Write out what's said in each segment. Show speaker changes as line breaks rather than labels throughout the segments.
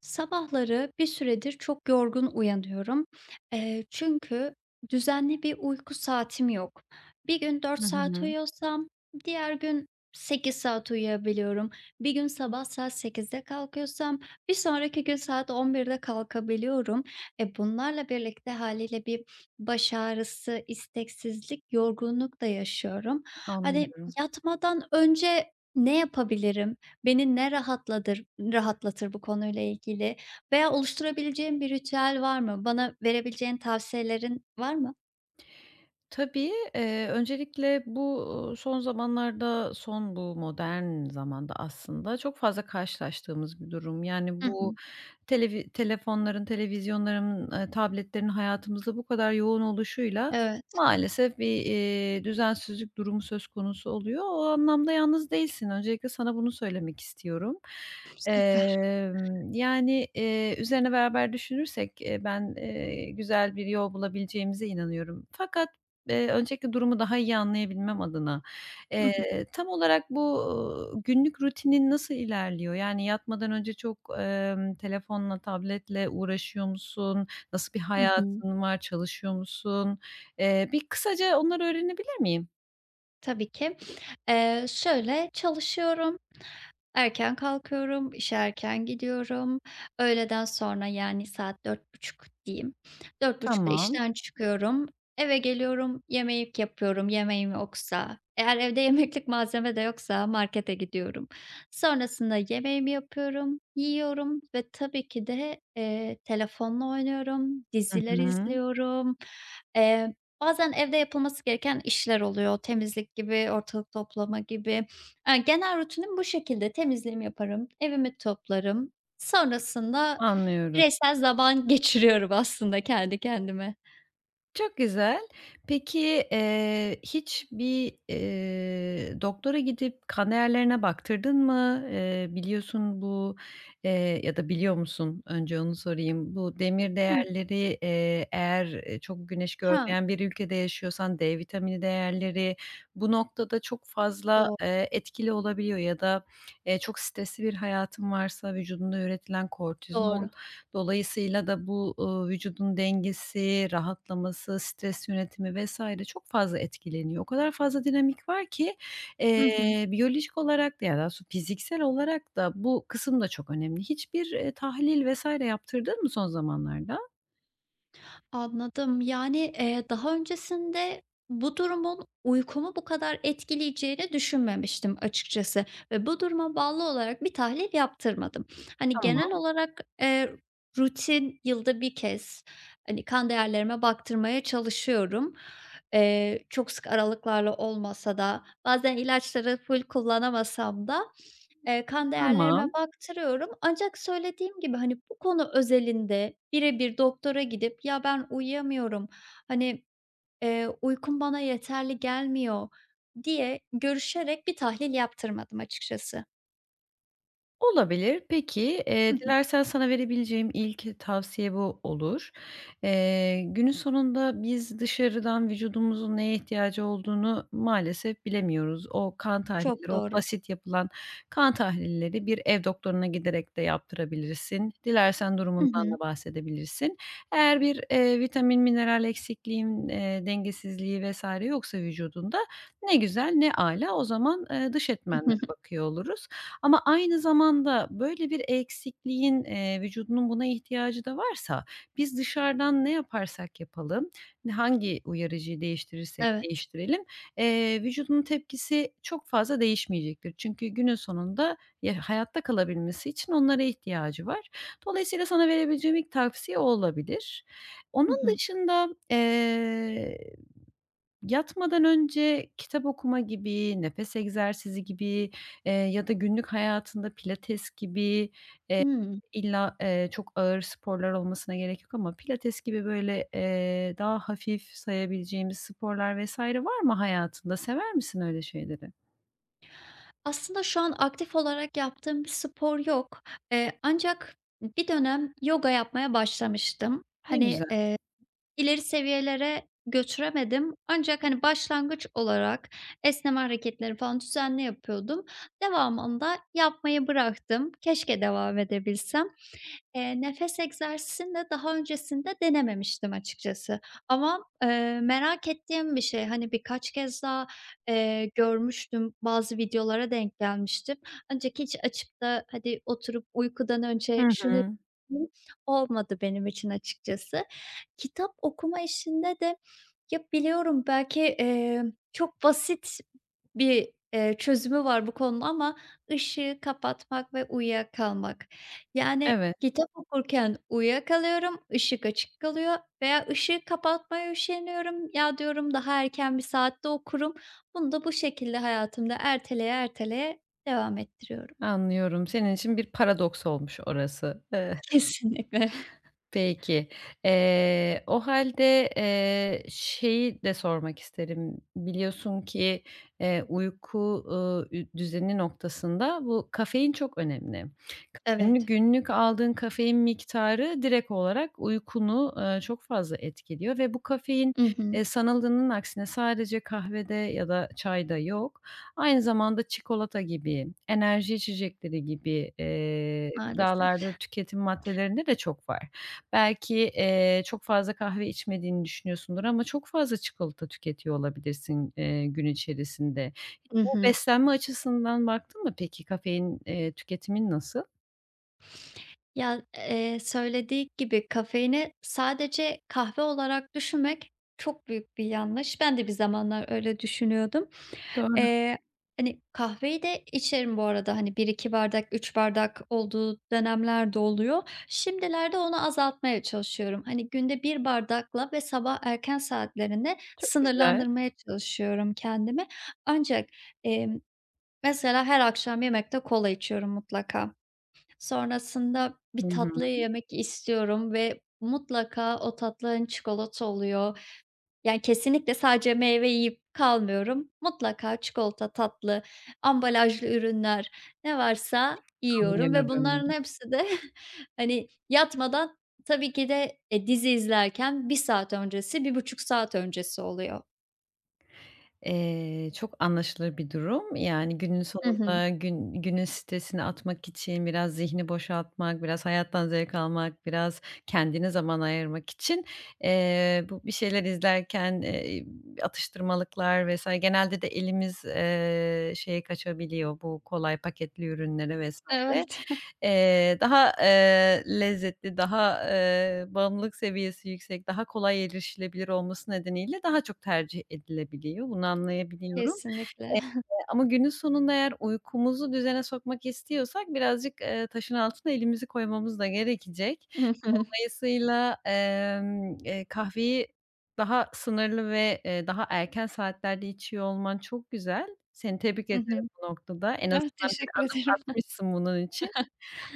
Sabahları bir süredir çok yorgun uyanıyorum. Çünkü düzenli bir uyku saatim yok. Bir gün dört
Hı
saat
hı.
uyuyorsam diğer gün 8 saat uyuyabiliyorum. Bir gün sabah saat 8'de kalkıyorsam bir sonraki gün saat 11'de kalkabiliyorum. Bunlarla birlikte haliyle bir baş ağrısı, isteksizlik, yorgunluk da yaşıyorum. Hani,
Anlıyorum.
yatmadan önce ne yapabilirim? Beni ne rahatlatır bu konuyla ilgili veya oluşturabileceğim bir ritüel var mı? Bana verebileceğin tavsiyelerin var mı?
Tabii, öncelikle bu, son zamanlarda, son bu modern zamanda aslında çok fazla karşılaştığımız bir durum. Yani
Hı
bu
hı.
telefonların, televizyonların, tabletlerin hayatımızda bu kadar yoğun oluşuyla
Evet,
maalesef bir, düzensizlik durumu söz konusu oluyor. O anlamda yalnız değilsin. Öncelikle sana bunu söylemek istiyorum.
süper.
Üzerine beraber düşünürsek, ben, güzel bir yol bulabileceğimize inanıyorum. Fakat, öncelikle durumu daha iyi anlayabilmem adına
Hı hı.
Tam olarak bu, günlük rutinin nasıl ilerliyor? Yani yatmadan önce çok, telefonla, tabletle uğraşıyor musun? Nasıl bir
Hı hı.
hayatın var? Çalışıyor musun? Bir kısaca onları öğrenebilir miyim?
Tabii ki. Şöyle, çalışıyorum, erken kalkıyorum, işe erken gidiyorum. Öğleden sonra, yani, saat dört buçuk diyeyim. Dört buçukta
Tamam.
işten çıkıyorum. Eve geliyorum, yemek yapıyorum yemeğim yoksa. Eğer evde yemeklik malzeme de yoksa markete gidiyorum. Sonrasında yemeğimi yapıyorum, yiyorum ve tabii ki de, telefonla oynuyorum,
Hı
diziler
hı.
izliyorum. Bazen evde yapılması gereken işler oluyor. Temizlik gibi, ortalık toplama gibi. Genel rutinim bu şekilde. Temizliğimi yaparım, evimi toplarım. Sonrasında
Anlıyorum.
bireysel zaman geçiriyorum aslında kendi kendime.
Çok güzel. Peki, hiç bir, doktora gidip kan değerlerine baktırdın mı? Biliyorsun bu, ya da biliyor musun? Önce onu sorayım. Bu demir
Hı.
değerleri, eğer, çok güneş
Ha,
görmeyen bir ülkede yaşıyorsan D vitamini değerleri bu noktada çok fazla,
doğ
etkili olabiliyor ya da, çok stresli bir hayatın varsa vücudunda üretilen kortizol.
doğru.
Dolayısıyla da bu, vücudun dengesi, rahatlaması, stres yönetimi vesaire çok fazla etkileniyor. O kadar fazla dinamik var ki,
Hı hı.
biyolojik olarak da ya, da fiziksel olarak da bu kısım da çok önemli. Hiçbir, tahlil vs. yaptırdın mı son zamanlarda?
Anladım. Yani, daha öncesinde bu durumun uykumu bu kadar etkileyeceğini düşünmemiştim açıkçası ve bu duruma bağlı olarak bir tahlil yaptırmadım. Hani,
Tamam,
genel olarak, rutin yılda bir kez, hani, kan değerlerime baktırmaya çalışıyorum. Çok sık aralıklarla olmasa da bazen ilaçları full kullanamasam da kan değerlerime
tamam.
baktırıyorum ancak söylediğim gibi, hani, bu konu özelinde bire bir doktora gidip "Ya, ben uyuyamıyorum, hani, uykum bana yeterli gelmiyor." diye görüşerek bir tahlil yaptırmadım açıkçası.
Olabilir. Peki,
Hı hı.
dilersen sana verebileceğim ilk tavsiye bu olur. Günün sonunda biz dışarıdan vücudumuzun neye ihtiyacı olduğunu maalesef bilemiyoruz. O kan
Çok
tahlilleri, o
doğru.
basit yapılan kan tahlilleri bir ev doktoruna giderek de yaptırabilirsin. Dilersen
I hı. Hı
durumundan
hı.
da bahsedebilirsin. Eğer bir, vitamin, mineral eksikliğin, dengesizliği vesaire yoksa vücudunda ne güzel ne âlâ. O zaman, dış etmenlere bakıyor oluruz. Ama aynı zamanda böyle bir eksikliğin, vücudunun buna ihtiyacı da varsa biz dışarıdan ne yaparsak yapalım, hangi uyarıcıyı değiştirirsek
Evet.
değiştirelim, vücudunun tepkisi çok fazla değişmeyecektir. Çünkü günün sonunda ya hayatta kalabilmesi için onlara ihtiyacı var. Dolayısıyla sana verebileceğim ilk tavsiye o olabilir.
I
Onun
hı.
dışında, yatmadan önce kitap okuma gibi, nefes egzersizi gibi, ya da günlük hayatında pilates gibi
Hımm.
illa, çok ağır sporlar olmasına gerek yok ama pilates gibi böyle, daha hafif sayabileceğimiz sporlar vs. var mı hayatında? Sever misin öyle şeyleri?
Aslında şu an aktif olarak yaptığım bir spor yok. Ancak bir dönem yoga yapmaya başlamıştım.
Ne
Hani,
güzel.
İleri seviyelere götüremedim ancak, hani, başlangıç olarak esneme hareketleri falan düzenli yapıyordum. Devamında yapmayı bıraktım. Keşke devam edebilsem. Nefes egzersizini de daha öncesinde denememiştim açıkçası ama, merak ettiğim bir şey. Hani, birkaç kez daha, görmüştüm, bazı videolara denk gelmiştim. Ancak hiç açıp da hadi oturup uykudan önce
Hı
şunu
hı.
yapayım olmadı benim için açıkçası. Kitap okuma işinde de ya, biliyorum belki, çok basit bir, çözümü var bu konunun ama ışığı kapatmak ve uyuyakalmak. Yani,
Evet.
kitap okurken uyuyakalıyorum, ışık açık kalıyor veya ışığı kapatmaya üşeniyorum. "Ya," diyorum, "daha erken bir saatte okurum." Bunu da bu şekilde hayatımda erteleye erteleye devam ettiriyorum.
Anlıyorum. Senin için bir paradoks olmuş orası.
Kesinlikle.
Peki. O halde şeyi de sormak isterim. Biliyorsun ki, uyku, ü düzeni noktasında bu kafein çok önemli.
Evet.
Günlük aldığın kafein miktarı direkt olarak uykunu, çok fazla etkiliyor ve bu kafein,
I hı.
sanıldığının aksine sadece kahvede ya da çayda yok. Aynı zamanda çikolata gibi, enerji içecekleri gibi,
Maalesef.
gıdalarda tüketim maddelerinde de çok var. Belki, çok fazla kahve içmediğini düşünüyorsundur ama çok fazla çikolata tüketiyor olabilirsin, gün içerisinde.
I
Bu
hı.
beslenme açısından baktın mı peki? Kafein, tüketimin nasıl?
Ya, söylediği gibi kafeini sadece kahve olarak düşünmek çok büyük bir yanlış. Ben de bir zamanlar öyle düşünüyordum.
Doğru,
Eee, Hani, kahveyi de içerim bu arada, hani, bir iki bardak, 3 bardak olduğu dönemler de oluyor. Şimdilerde onu azaltmaya çalışıyorum. Hani, günde bir bardakla ve sabah erken saatlerinde
çok güzel.
sınırlandırmaya çalışıyorum kendimi. Ancak, emm, mesela her akşam yemekte kola içiyorum mutlaka. Sonrasında bir
Hı hı,
tatlı yemek istiyorum ve mutlaka o tatlı, hani, çikolata oluyor yani, kesinlikle sadece meyve yiyip kalmıyorum. Mutlaka çikolata, tatlı, ambalajlı ürünler, ne varsa yiyorum ve bunların
anlıyorum.
hepsi de, hani, yatmadan tabii ki de, dizi izlerken 1 saat öncesi, 1,5 saat öncesi oluyor.
Çok anlaşılır bir durum. Yani, günün
Hı hı.
sonunda günün stresini atmak için biraz zihni boşaltmak, biraz hayattan zevk almak, biraz kendine zaman ayırmak için, bu bir şeyler izlerken, atıştırmalıklar vesaire genelde de elimiz, şeye kaçabiliyor, bu kolay paketli ürünlere vesaire şekilde,
Evet.
daha, lezzetli, daha, bağımlılık seviyesi yüksek, daha kolay erişilebilir olması nedeniyle daha çok tercih edilebiliyor. Bunu anlayabiliyorum.
Kesinlikle.
Eee, ama günün sonunda eğer uykumuzu düzene sokmak istiyorsak birazcık, taşın altına elimizi koymamız da gerekecek.
Hı hı.
Dolayısıyla, kahveyi daha sınırlı ve, daha erken saatlerde içiyor olman çok güzel. Seni tebrik
Hı hı.
ederim bu noktada. En
Evet,
azından bir
teşekkür
adım
ederim.
atmışsın bunun için.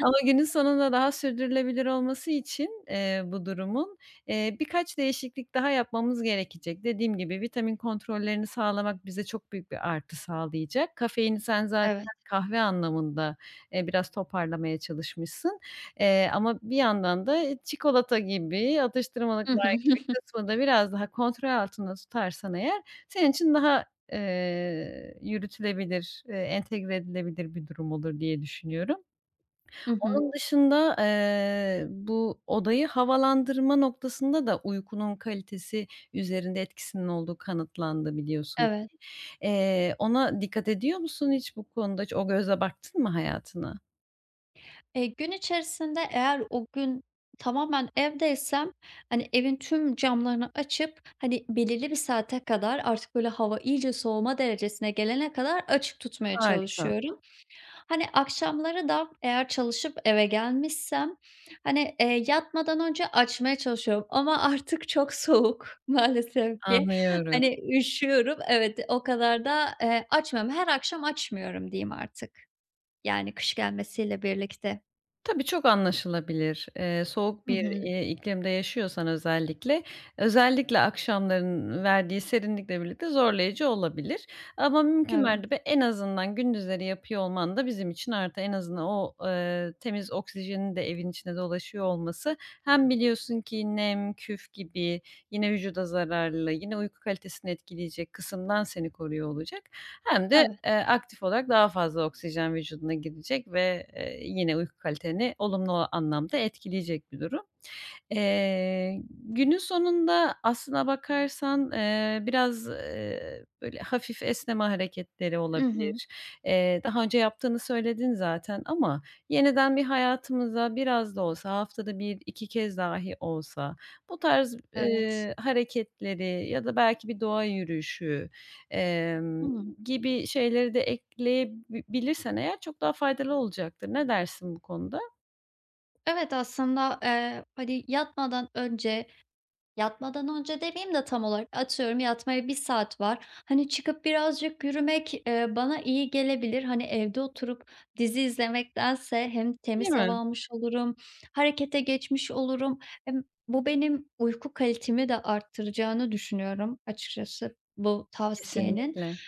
Ama günün sonunda daha sürdürülebilir olması için, bu durumun, birkaç değişiklik daha yapmamız gerekecek. Dediğim gibi vitamin kontrollerini sağlamak bize çok büyük bir artı sağlayacak. Kafeini sen zaten
Evet.
kahve anlamında, biraz toparlamaya çalışmışsın. Ama bir yandan da, çikolata gibi,
Hı
atıştırmalıklar
hı.
gibi kısmı da biraz daha kontrol altında tutarsan eğer senin için daha, yürütülebilir, entegre edilebilir bir durum olur diye düşünüyorum.
Hı hı.
Onun dışında, bu odayı havalandırma noktasında da uykunun kalitesi üzerinde etkisinin olduğu kanıtlandı biliyorsun
Evet.
ki. Ona dikkat ediyor musun hiç bu konuda? Hiç o gözle baktın mı hayatına?
Gün içerisinde eğer o gün tamamen evdeysem, hani, evin tüm camlarını açıp, hani, belirli bir saate kadar artık böyle hava iyice soğuma derecesine gelene kadar açık tutmaya
Harika,
çalışıyorum. Hani, akşamları da eğer çalışıp eve gelmişsem, hani, yatmadan önce açmaya çalışıyorum ama artık çok soğuk maalesef ki.
anlıyorum.
Hani, üşüyorum. Evet, o kadar da, açmıyorum. Her akşam açmıyorum diyeyim artık. Yani kış gelmesiyle birlikte.
Tabii, çok anlaşılabilir. Soğuk
Hı
bir,
hı.
iklimde yaşıyorsan özellikle, özellikle akşamların verdiği serinlikle birlikte zorlayıcı olabilir. Ama mümkün
Evet,
mertebe en azından gündüzleri yapıyor olman da bizim için artı. En azından o, temiz oksijenin de evin içinde dolaşıyor olması hem biliyorsun ki nem, küf gibi, yine vücuda zararlı, yine uyku kalitesini etkileyecek kısımdan seni koruyor olacak. Hem de,
evet.
aktif olarak daha fazla oksijen vücuduna gidecek ve, yine uyku kaliteni olumlu anlamda etkileyecek bir durum. Günün sonunda aslına bakarsan, biraz, böyle hafif esneme hareketleri
I hı.
olabilir. Daha önce yaptığını söyledin zaten ama yeniden bir hayatımıza biraz da olsa haftada bir iki kez dahi olsa bu tarz,
Evet.
hareketleri ya da belki bir doğa yürüyüşü, emm,
Hıı.
gibi şeyleri de ekleyebilirsen eğer çok daha faydalı olacaktır. Ne dersin bu konuda?
Evet, aslında, hani, yatmadan önce, yatmadan önce demeyeyim de tam olarak, atıyorum yatmaya 1 saat var. Hani, çıkıp birazcık yürümek, bana iyi gelebilir. Hani, evde oturup dizi izlemektense hem
Değil
temiz
mi?
hava almış olurum, harekete geçmiş olurum. Hem bu benim uyku kalitemi de arttıracağını düşünüyorum açıkçası bu tavsiyenin.
Kesinlikle.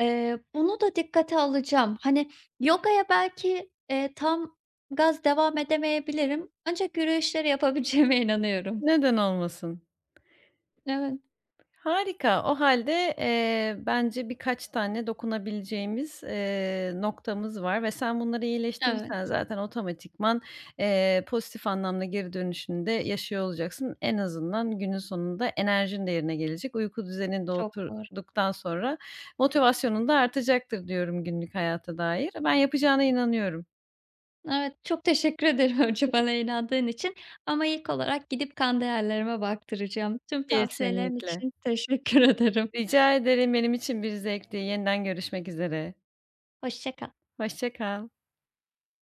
Bunu da dikkate alacağım. Hani, yogaya belki, tam gaz devam edemeyebilirim ancak yürüyüşleri yapabileceğime inanıyorum.
Neden olmasın?
Evet,
Harika. O halde bence birkaç tane dokunabileceğimiz, noktamız var ve sen bunları iyileştirirsen
evet,
zaten otomatikman, pozitif anlamda geri dönüşünde de yaşıyor olacaksın. En azından günün sonunda enerjin de yerine gelecek. Uyku düzenin de
çok doğru.
oturduktan sonra motivasyonun da artacaktır diyorum günlük hayata dair. Ben yapacağına inanıyorum.
Evet, çok teşekkür ederim önce bana inandığın için ama ilk olarak gidip kan değerlerime baktıracağım. Tüm tavsiyelerin
Kesinlikle.
için teşekkür ederim.
Rica ederim. Benim için bir zevkti. Yeniden görüşmek üzere.
Hoşça kal.
Hoşça kal.